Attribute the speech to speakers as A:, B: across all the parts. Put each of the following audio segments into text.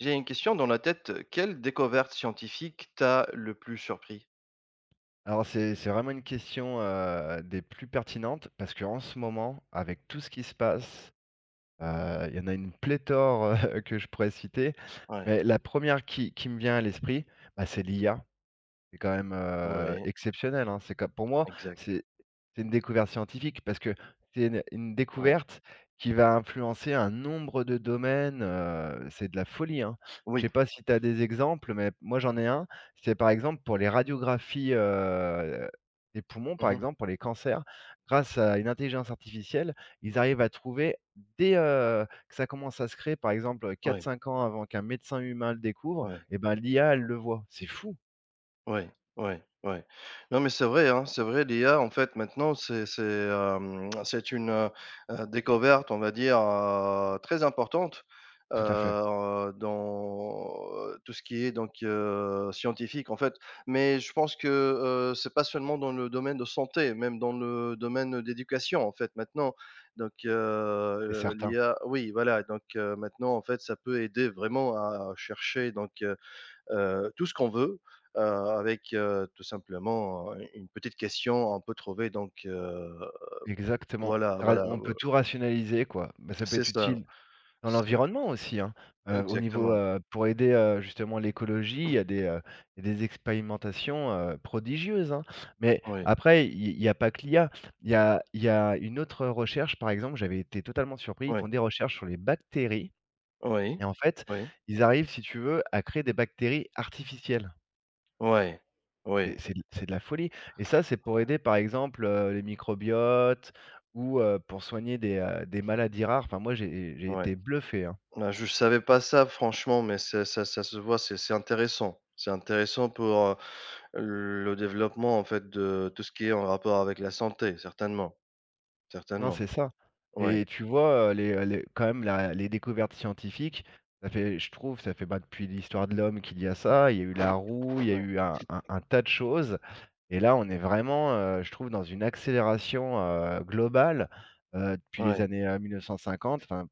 A: J'ai une question dans la tête. Quelle découverte scientifique t'a le plus surpris?
B: Alors c'est vraiment une question, des plus pertinentes parce qu'en ce moment, avec tout ce qui se passe, il y en a une pléthore, que je pourrais citer.
A: Ouais,
B: Mais la première qui me vient à l'esprit, bah, c'est l'IA. C'est quand même,
A: oui,
B: exceptionnel, hein. C'est comme pour moi,
A: exact,
B: c'est c'est une découverte scientifique parce que c'est une
A: ouais.
B: découverte qui va influencer un nombre de domaines, c'est de la folie, hein. Je
A: Oui.
B: sais pas si tu as des exemples, mais moi j'en ai un, c'est par exemple pour les radiographies, des poumons, par
A: Mmh.
B: exemple, pour les cancers, grâce à une intelligence artificielle, ils arrivent à trouver dès, que ça commence à se créer, par exemple, quatre
A: Ouais,
B: cinq ans avant qu'un médecin humain le découvre,
A: ouais.
B: et ben l'IA, elle le voit. C'est fou!
A: Ouais, ouais, ouais. Non, mais c'est vrai, hein, c'est vrai, l'IA, en fait, maintenant, c'est une, découverte, on va dire, très importante,
B: Tout à fait.
A: dans, tout ce qui est donc scientifique, en fait. Mais je pense que, c'est pas seulement dans le domaine de santé, même dans le domaine d'éducation, en fait, maintenant. Donc
B: C'est certain,
A: l'IA, oui, voilà, donc maintenant, en fait, ça peut aider vraiment à chercher donc tout ce qu'on veut, avec, tout simplement, une petite question, on peut trouver donc
B: exactement.
A: voilà,
B: Ça ra
A: voilà,
B: on peut tout rationaliser, quoi. Bah, ça peut
A: c'est
B: être
A: ça,
B: utile dans
A: c'est
B: l'environnement aussi, hein. Au niveau,
A: exactement,
B: pour aider, justement l'écologie, il y a des expérimentations, prodigieuses, hein. Mais
A: oui,
B: après, il y a pas que l'IA. Il y a une autre recherche, par exemple, j'avais été totalement surpris. Ils
A: oui,
B: font des recherches sur les bactéries
A: oui,
B: et en fait,
A: oui,
B: ils arrivent, si tu veux, à créer des bactéries artificielles.
A: oui, oui,
B: C'est de la folie et ça, c'est pour aider, par exemple, les microbiotes ou pour soigner des maladies rares. Enfin, moi, j'ai
A: ouais.
B: été bluffé, hein.
A: Bah, je savais pas ça franchement, mais c'est ça, ça se voit, c'est intéressant. C'est intéressant pour, le développement en fait de tout ce qui est en rapport avec la santé, certainement,
B: Non,
A: certainement.
B: c'est ça
A: Oui,
B: et tu vois, les quand même la les découvertes scientifiques, ça fait je trouve, ça fait, bah, depuis l'histoire de l'homme qu'il y a ça. Il y a eu la roue, il y a
A: oui.
B: eu un tas de choses et là, on est vraiment, je trouve, dans une accélération, globale, depuis les années, 1950. Enfin,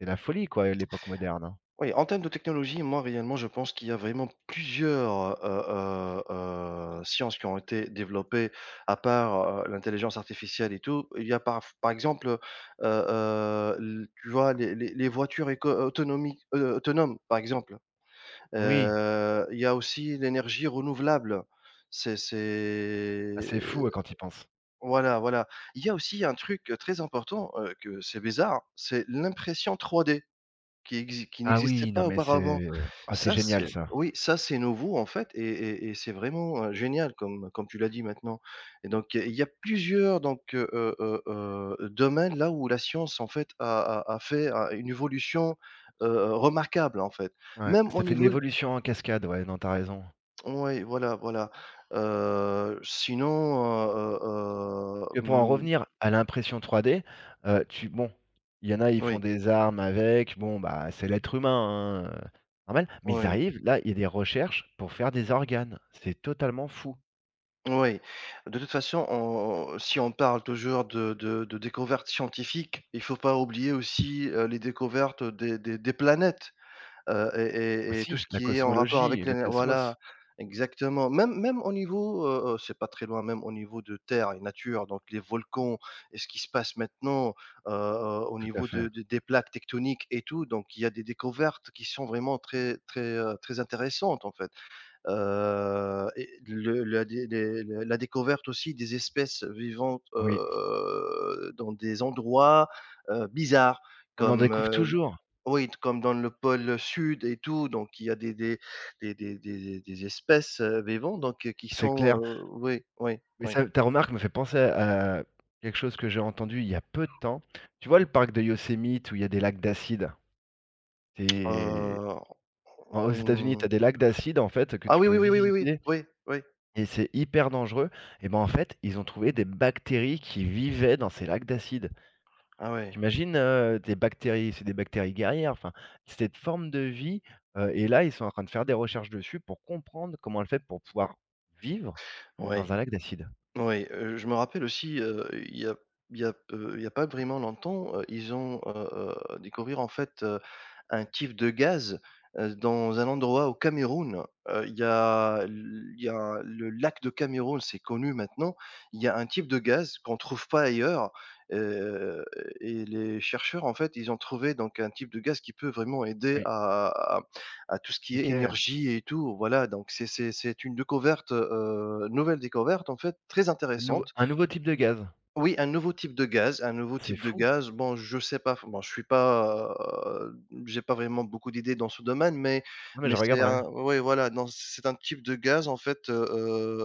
B: c'est la folie, quoi, l'époque moderne, hein.
A: Oui, en termes de technologie, moi, réellement, je pense qu'il y a vraiment plusieurs sciences qui ont été développées à part, l'intelligence artificielle et tout. Il y a par exemple, l tu vois, les les voitures éco autonomiques autonomes, par exemple.
B: Oui.
A: Il y a aussi l'énergie renouvelable. C'est
B: Ah,
A: c'est
B: c'est fou, ouais, quand tu y penses.
A: voilà, voilà. Il y a aussi un truc très important, que c'est bizarre, c'est l'impression trois d qui
B: Ah
A: n'existait
B: oui, non
A: pas
B: mais c'est,
A: auparavant.
B: ah c'est
A: Ça,
B: génial
A: c'est
B: ça.
A: oui, ça, c'est nouveau, en fait, et c'est vraiment, génial comme comme tu l'as dit maintenant, et donc il y a plusieurs donc domaines là où la science, en fait, a a a fait a une évolution, heu remarquable, en fait.
B: Ouais,
A: Même au
B: ça fait une
A: niveau
B: évolution en cascade, ouais, non, tu raison.
A: oui, voilà, voilà, sinon, heu heu heu,
B: Que pour en
A: mmh,
B: revenir à l'impression 3D, tu bon, il y en a, ils font
A: oui,
B: des armes avec, bon, bah, c'est l'être humain, hein, normal, mais ils
A: oui.
B: arrivent, là, il y a des recherches pour faire des organes. C'est totalement fou.
A: Oui, de toute façon, on si on parle toujours de découvertes scientifiques, il faut pas oublier aussi, les découvertes des planètes, et tout
B: Aussi,
A: ce
B: la
A: qui est en rapport
B: cosmologie
A: avec
B: le
A: les voilà,
B: cosmos.
A: exactement. Même même au niveau, c'est pas très loin, même au niveau de terre et nature, donc les volcans et ce qui se passe maintenant, au
B: Tout à
A: niveau
B: fait,
A: de des plaques tectoniques et tout, donc il y a des découvertes qui sont vraiment très très, très intéressantes, en fait. Et le la dé les la la découverte aussi des espèces vivantes,
B: oui.
A: dans des endroits, bizarres
B: On en
A: comme,
B: découvre
A: heu
B: toujours,
A: oui, comme dans le pôle sud et tout, donc il y a des espèces, vivantes donc qui
B: c'est
A: sont,
B: clair.
A: oui, oui,
B: Mais
A: oui.
B: ça ta remarque me fait penser à quelque chose que j'ai entendu il y a peu de temps. Tu vois le parc de Yosemite où il y a des lacs d'acide? C'est
A: Heu,
B: en aux États-Unis,
A: mmh.
B: tu as des lacs d'acide, en fait, que
A: Ah
B: tu
A: oui,
B: peux
A: oui, oui, oui, oui, oui,
B: visiter
A: oui, oui.
B: et c'est hyper dangereux et ben, en fait, ils ont trouvé des bactéries qui vivaient dans ces lacs d'acide.
A: Ah ouais,
B: T'imagines imagines, des bactéries, c'est des bactéries guerrières, enfin, c'est cette forme de vie, et là, ils sont en train de faire des recherches dessus pour comprendre comment elle fait pour pouvoir vivre
A: ouais.
B: dans un lac d'acide.
A: Oui, je me rappelle aussi, il y a il y a, il y a pas vraiment longtemps, découvert en fait, un type de gaz, dans un endroit au Cameroun. Il y a le lac de Cameroun, c'est connu maintenant. Il y a un type de gaz qu'on trouve pas ailleurs, heu et les chercheurs en fait, ils ont trouvé donc un type de gaz qui peut vraiment aider
B: Oui,
A: à à tout ce qui est
B: OK, un
A: énergie et tout, voilà, donc c'est c'est une découverte, nouvelle découverte, en fait, très
B: nouveau
A: intéressante.
B: un nouveau type de gaz.
A: Oui, un nouveau type de gaz, un nouveau
B: C'est
A: type de
B: fou.
A: gaz. Bon, je sais pas, bon, je suis pas, heu, j'ai pas vraiment beaucoup d'idées dans ce domaine,
B: Non, mais
A: mais
B: je
A: c'est
B: regarderai.
A: un oui, voilà, non, c'est un type de gaz, en fait,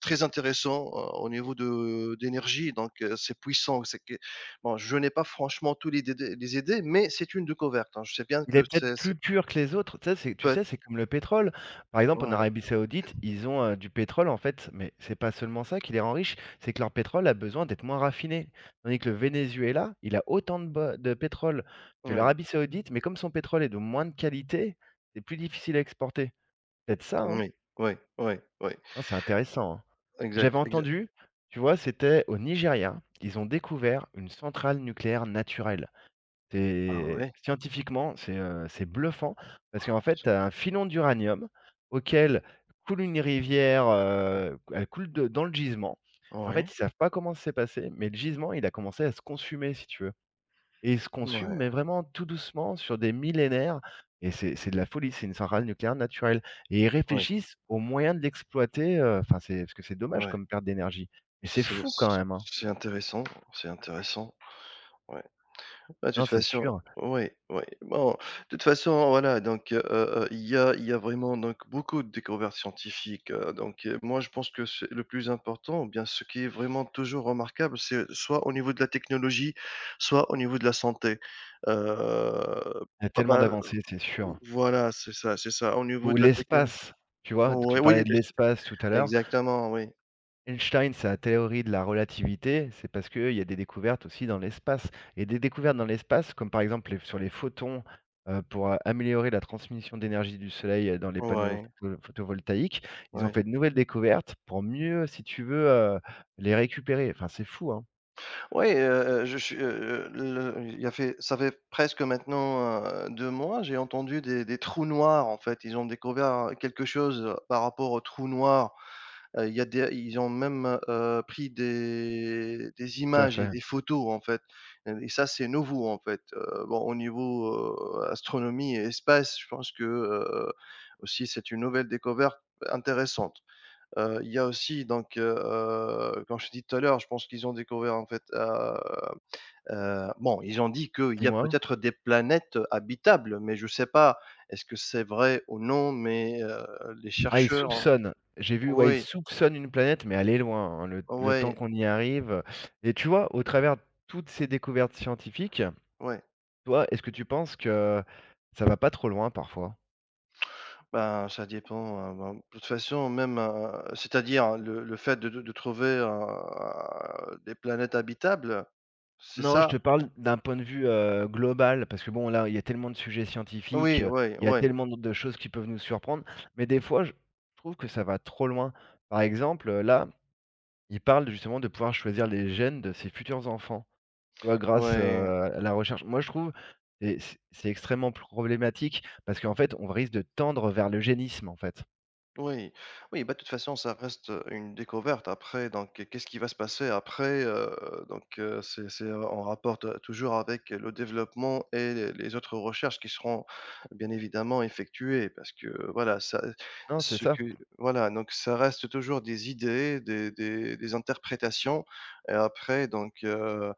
A: très intéressant, au niveau de d'énergie, donc c'est puissant, c'est que bon, je n'ai pas franchement tous les dédés les idées, mais c'est une découverte, hein. Je sais bien
B: Il
A: que
B: est peut-être
A: c'est
B: plus
A: c'est
B: pur que les autres. Tu sais, c'est tu sais,
A: peut-être
B: c'est comme le pétrole. Par exemple, en
A: ouais,
B: Arabie Saoudite, ils ont, du pétrole, en fait, mais c'est pas seulement ça qui les rend riches, c'est que leur pétrole a besoin d'être moins raffiné. Tandis que le Venezuela, il a autant de pétrole que
A: ouais.
B: l'Arabie Saoudite, mais comme son pétrole est de moins de qualité, c'est plus difficile à exporter. Peut-être ça, hein?
A: Oui, oui, oui, oui.
B: Hein, c'est intéressant, hein. J'avais
A: Exact, exact.
B: entendu, tu vois, c'était au Nigeria, ils ont découvert une centrale nucléaire naturelle.
A: Ah
B: C'est
A: ouais?
B: scientifiquement, c'est bluffant parce qu'en fait, tu as un filon d'uranium auquel coule une rivière, elle coule de dans le gisement. En fait,
A: Ouais,
B: ils savent pas comment c'est passé, mais le gisement, il a commencé à se consumer, si tu veux et il se consume,
A: ouais,
B: mais vraiment tout doucement sur des millénaires et c'est de la folie, c'est une centrale nucléaire naturelle et ils
A: ouais,
B: réfléchissent aux moyens de l'exploiter, enfin, c'est parce que c'est dommage
A: ouais.
B: comme perte d'énergie, mais c'est
A: C'est
B: fou
A: c
B: quand même, hein.
A: c'est intéressant, c'est intéressant, ouais. Bah, de
B: Non,
A: toute
B: c'est
A: façon
B: sûr,
A: ouais, ouais. Bon, de toute façon, voilà, donc il y a vraiment donc beaucoup de découvertes scientifiques, donc moi je pense que c'est le plus important, ou bien ce qui est vraiment toujours remarquable, c'est soit au niveau de la technologie, soit au niveau de la santé. Heu,
B: il y a
A: bah
B: tellement
A: bah,
B: d'avancées, c'est sûr.
A: voilà, c'est ça, c'est ça. Au niveau
B: Ou
A: de la technologie.
B: l'espace, tu vois? Tu
A: Oui, oui,
B: parlais de
A: bien sûr.
B: l'espace tout à l'heure.
A: Exactement, oui.
B: Einstein, sa théorie de la relativité, c'est parce qu'il y a des découvertes aussi dans l'espace et des découvertes dans l'espace, comme par exemple les sur les photons, pour, améliorer la transmission d'énergie du soleil, dans les panneaux
A: Ouais,
B: photovoltaïques. Ils ont
A: ouais.
B: fait de nouvelles découvertes pour mieux, si tu veux, les récupérer. Enfin, c'est fou, hein?
A: Ouais, je suis, le il y a fait ça fait presque maintenant, 2 mois, j'ai entendu des trous noirs, en fait. Ils ont découvert quelque chose, par rapport aux trous noirs. Il y a des ils ont même, pris des
B: Tout à
A: images et
B: fait.
A: des photos, en fait. Et ça, c'est nouveau, en fait. Bon, au niveau, astronomie et espace, je pense que, aussi, c'est une nouvelle découverte intéressante. Il y a aussi donc, comme je t'ai dit tout à l'heure, je pense qu'ils ont découvert en fait, bon, ils ont dit qu'il y a
B: Dis-moi?
A: peut-être des planètes habitables, mais je sais pas, est-ce que c'est vrai ou non? Mais, les
B: Ah, ils
A: chercheurs ont
B: soupçonnent. J'ai vu, ouais, ils
A: oui,
B: soupçonnent une planète, mais elle est loin, hein, le temps
A: oui.
B: qu'on y arrive, et tu vois, au travers de toutes ces découvertes scientifiques,
A: Ouais.
B: toi, est-ce que tu penses que ça va pas trop loin parfois?
A: Ben, ça dépend, hein, ben, de toute façon même, c'est-à-dire le fait de trouver, des planètes habitables, c'est
B: Non, je
A: ça?
B: te parle d'un point de vue, global parce que bon, là, il y a tellement de sujets scientifiques,
A: Oui, oui,
B: il y a
A: oui,
B: tellement de choses qui peuvent nous surprendre, mais des fois, je trouve que ça va trop loin. Par exemple, là, ils parlent justement de pouvoir choisir les gènes de ses futurs enfants. Tu vois, grâce,
A: oui.
B: à la recherche. Moi, je trouve et c'est extrêmement problématique parce qu'en fait, on risque de tendre vers le génisme, en fait.
A: Oui, oui, bah, de toute façon, ça reste, une découverte après donc qu'est-ce qui va se passer après, donc c'est, en rapport t toujours avec le développement et les autres recherches qui seront bien évidemment effectuées parce que, voilà, ça
B: Non, c'est
A: ce
B: ça.
A: que voilà, donc ça reste toujours des idées, des interprétations et après donc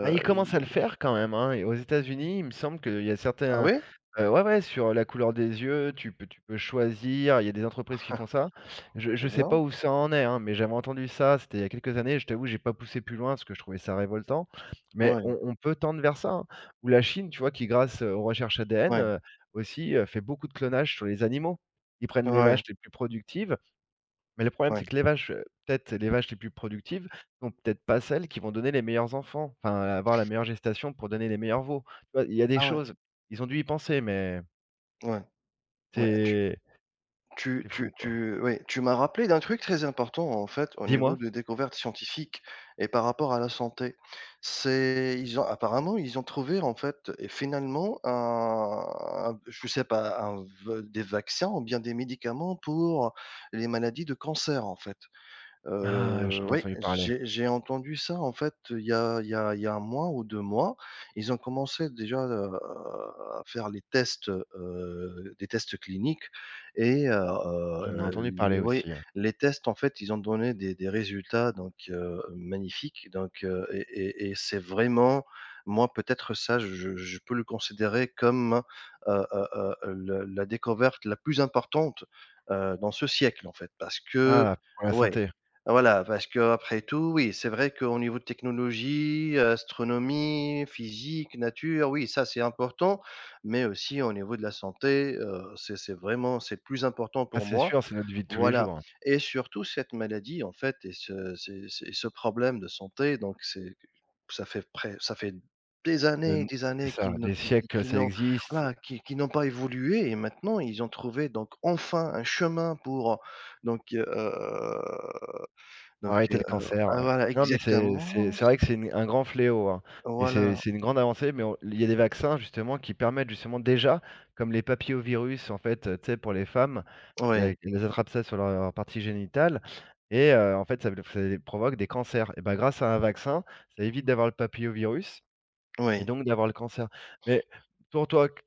B: Bah, ils commencent
A: il
B: à le faire quand même, hein et aux États-Unis, il me semble qu'il y a
A: ah
B: certains
A: oui?
B: ouais, ouais, sur la couleur des yeux, tu peux choisir, il y a des entreprises qui font ça. Je
A: C'est
B: sais pas
A: bien?
B: où ça en est, hein, mais j'avais entendu ça, c'était il y a quelques années, je t'avoue, j'ai pas poussé plus loin parce que je trouvais ça révoltant, mais on
A: Oui,
B: on peut tendre vers ça, hein. Ou la Chine, tu vois, qui grâce, aux recherches ADN,
A: oui,
B: aussi, fait beaucoup de clonage sur les animaux. Ils prennent les
A: oui,
B: vaches les plus productives mais le problème, c'est
A: oui.
B: que les vaches, peut-être les vaches les plus productives sont peut-être pas celles qui vont donner les meilleurs enfants, enfin, avoir la meilleure gestation pour donner les meilleurs veaux. Tu vois? Il y a des
A: Ah ouais,
B: choses, ils ont dû y penser, mais
A: ouais, ouais.
B: c'est c'est
A: Tu
B: fou,
A: tu
B: quoi.
A: tu oui, tu m'as rappelé d'un truc très important, en fait, au niveau
B: Dis-moi?
A: de découvertes scientifiques et par rapport à la santé. C'est ils ont apparemment, ils ont trouvé, en fait et finalement un je sais pas, un v des vaccins ou bien des médicaments pour les maladies de cancer, en fait.
B: Ah,
A: Heu,
B: j'en ai
A: ouais,
B: entendu parler.
A: j'ai entendu ça en fait, il y a 1 mois ou 2 mois. Ils ont commencé déjà, à faire les tests, des tests cliniques et
B: J'en ai entendu
A: l
B: parler
A: oui,
B: aussi, hein.
A: les tests en fait, ils ont donné des résultats donc magnifiques donc et c'est vraiment moi peut-être ça, je peux le considérer comme, le la découverte la plus importante, dans ce siècle en fait parce que
B: Ah, pour la
A: ouais.
B: santé.
A: Voilà, parce que après tout, oui, c'est vrai qu'au niveau de technologie, astronomie, physique, nature, oui, ça c'est important, mais aussi au niveau de la santé, c'est vraiment c'est plus important
B: Ah,
A: pour
B: c'est
A: moi.
B: sûr, c'est notre vie de tous les
A: Voilà,
B: jours.
A: et surtout cette maladie en fait et ce c'est ce problème de santé donc c'est ça fait près ça fait
B: Heu,
A: des
B: c'est
A: années
B: ça,
A: qu'ils n'ont
B: des
A: qui qui
B: siècles,
A: qui
B: ça
A: n'ont
B: existe.
A: voilà, qui n'ont pas évolué et maintenant ils ont trouvé donc enfin un chemin pour donc donc
B: Arrêter
A: heu,
B: le cancer,
A: ah
B: ouais.
A: voilà,
B: Non, mais c'est c'est
A: exactement.
B: c'est vrai que c'est une un grand fléau, hein et c'est
A: Voilà,
B: c'est une grande avancée, mais on il y a des vaccins justement qui permettent justement déjà, comme les papillovirus en fait, tu sais pour les femmes, qu'elles
A: oui,
B: qu'elles attrapent ça sur leur partie génitale et en fait ça provoque des cancers et ben grâce à un vaccin, ça évite d'avoir le papillovirus et
A: oui.
B: donc d'avoir le cancer. Mais pour toi, q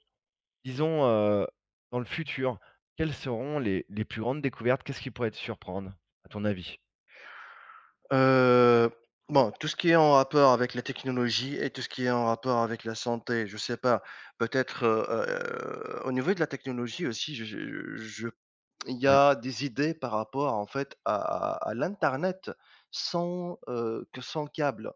B: disons, dans le futur, quelles seront les plus grandes découvertes? Qu'est-ce qui pourrait te surprendre à ton avis?
A: Heu, bon, tout ce qui est en rapport avec la technologie et tout ce qui est en rapport avec la santé, je sais pas, peut-être, au niveau de la technologie aussi, je il y
B: Oui,
A: a des idées par rapport, en fait, à l'internet sans, que sans câble,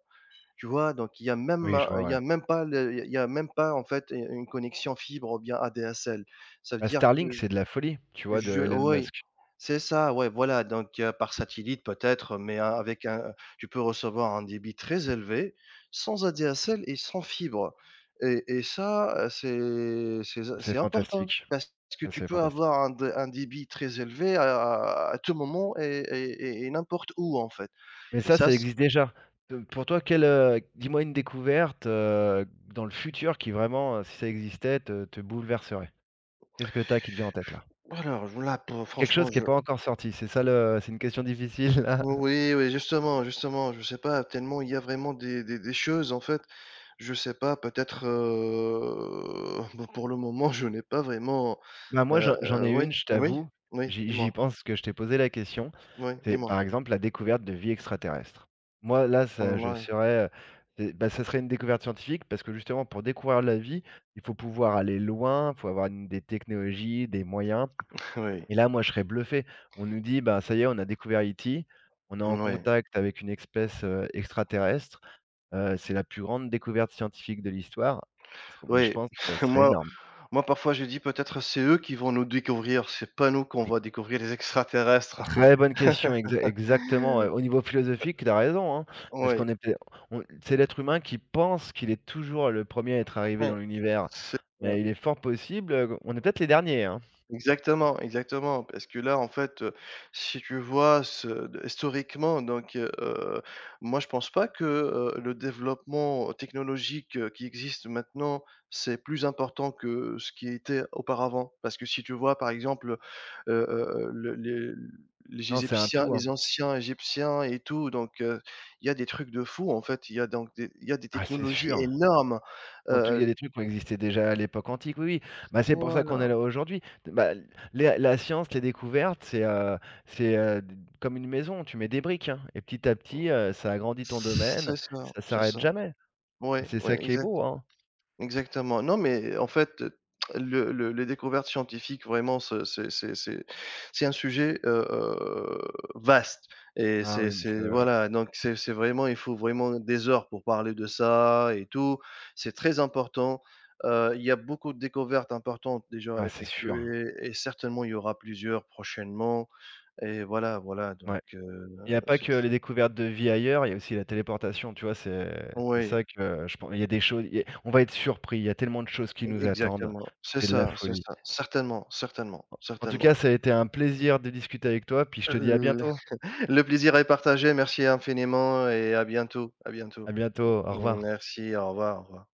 A: tu vois? Donc il y a même,
B: oui, je vois,
A: il
B: ouais.
A: y a même pas le il y a même pas, en fait, u une connexion fibre ou bien ADSL. Ça veut
B: Bah,
A: dire que
B: Starlink, c'est de la folie, tu vois, de
A: Je
B: Elon
A: oui,
B: Musk.
A: c'est ça, ouais, voilà, donc par satellite peut-être, mais a avec un tu peux recevoir un débit très élevé, sans ADSL et sans fibre et ça, c'est z
B: C'est
A: c'est important
B: fantastique,
A: parce que
B: ah,
A: tu
B: c'est
A: peux
B: fantastique.
A: avoir un débit très élevé à tout moment et n'importe où, en fait
B: Mais
A: et
B: ça,
A: ça
B: ça
A: c
B: existe déjà. Pour toi, quelle, dis-moi une découverte, dans le futur qui vraiment, si ça existait, te bouleverserait? Qu'est-ce que tu as qui te vient en tête là?
A: voilà, voilà, pour
B: Quelque chose
A: franchement,
B: qui est
A: je
B: pas encore sorti, c'est ça le c'est une question difficile là?
A: Oui, oui, justement, justement, je sais pas, tellement il y a vraiment des choses, en fait, je sais pas, peut-être, bah, pour le moment, je n'ai pas vraiment,
B: Bah, moi, j'en ai
A: oui,
B: une, je
A: oui,
B: t'avoue,
A: oui,
B: j'y
A: dis-moi,
B: pense parce que je t'ai posé la question.
A: oui,
B: C'est,
A: dis-moi.
B: par exemple, la découverte de vie extraterrestre. Moi, là, ça je
A: Ouais,
B: serais, c'est bah, ça serait une découverte scientifique parce que justement, pour découvrir la vie, il faut pouvoir aller loin, il faut avoir une des technologies, des moyens
A: oui,
B: et là, moi, je serais bluffé. On nous dit: «Bah, ça y est, on a découvert E.T. on est en
A: oui,
B: contact avec une espèce, extraterrestre, c'est la plus grande découverte scientifique de l'histoire». Je
A: oui,
B: pense que ce serait
A: moi
B: énorme.
A: moi, parfois, je dis: «Peut-être c'est eux qui vont nous découvrir, c'est pas nous qu'on va découvrir les extraterrestres».
B: Très bonne question, exactement, au niveau philosophique, tu as raison, hein, parce
A: Oui,
B: qu'on est peut on c'est l'être humain qui pense qu'il est toujours le premier à être arrivé dans
A: ouais,
B: l'univers,
A: c'est
B: mais il est fort possible, qu'on est peut-être les derniers, hein.
A: Exactement, exactement, parce que là, en fait, si tu vois ce de historiquement, donc moi, je pense pas que, le développement technologique, qui existe maintenant, c'est plus important que ce qui était auparavant. Parce que si tu vois, par exemple, le les
B: Non, c'est un
A: Égyptiens
B: tout, hein.
A: les anciens Égyptiens et tout, donc il y a des trucs de fou en fait. Il y a donc des il y a des
B: Ah, c'est
A: technologies
B: sûr,
A: énormes,
B: dans tout il y a
A: heu,
B: des trucs qui ont existé déjà à l'époque antique, oui, oui. Bah, c'est pour ça qu'on est
A: voilà,
B: là aujourd'hui. Bah, les la science, les découvertes, c'est, d comme une maison, tu mets des briques, hein, et petit à petit, ça agrandit ton domaine,
A: c'est ça,
B: ça
A: c'est
B: s'arrête
A: ça.
B: jamais
A: Oui,
B: et c'est
A: oui,
B: ça qui est
A: exact.
B: beau, hein.
A: Exactement. Non, mais en fait, le les découvertes scientifiques vraiment ce c'est c'est un sujet, vaste et
B: Ah
A: c'est
B: oui. mais
A: c'est
B: ce
A: voilà, donc c'est vraiment il faut vraiment des heures pour parler de ça et tout. C'est très important. Il y a beaucoup de découvertes importantes déjà
B: Ah, c'est sûr,
A: effectuées et certainement il y aura plusieurs prochainement et voilà, voilà donc
B: ouais. Il n'y a pas
A: c'est
B: que les découvertes de vie ailleurs, il y a aussi la téléportation, tu vois? C'est
A: oui,
B: ça que je pense. Il y a des choses il y a on va être surpris, il y a tellement de choses qui
A: e
B: nous attendent,
A: exactement. C'est
B: c'est de la
A: ça, c'est
B: folie.
A: ça. Certainement, certainement,
B: En tout cas,
A: certainement.
B: ça a été un plaisir de discuter avec toi, puis je te dis à
A: L
B: bientôt.
A: Le plaisir est partagé. Merci infiniment et à bientôt. À
B: À
A: bientôt.
B: bientôt, au revoir.
A: Merci, au revoir, au revoir.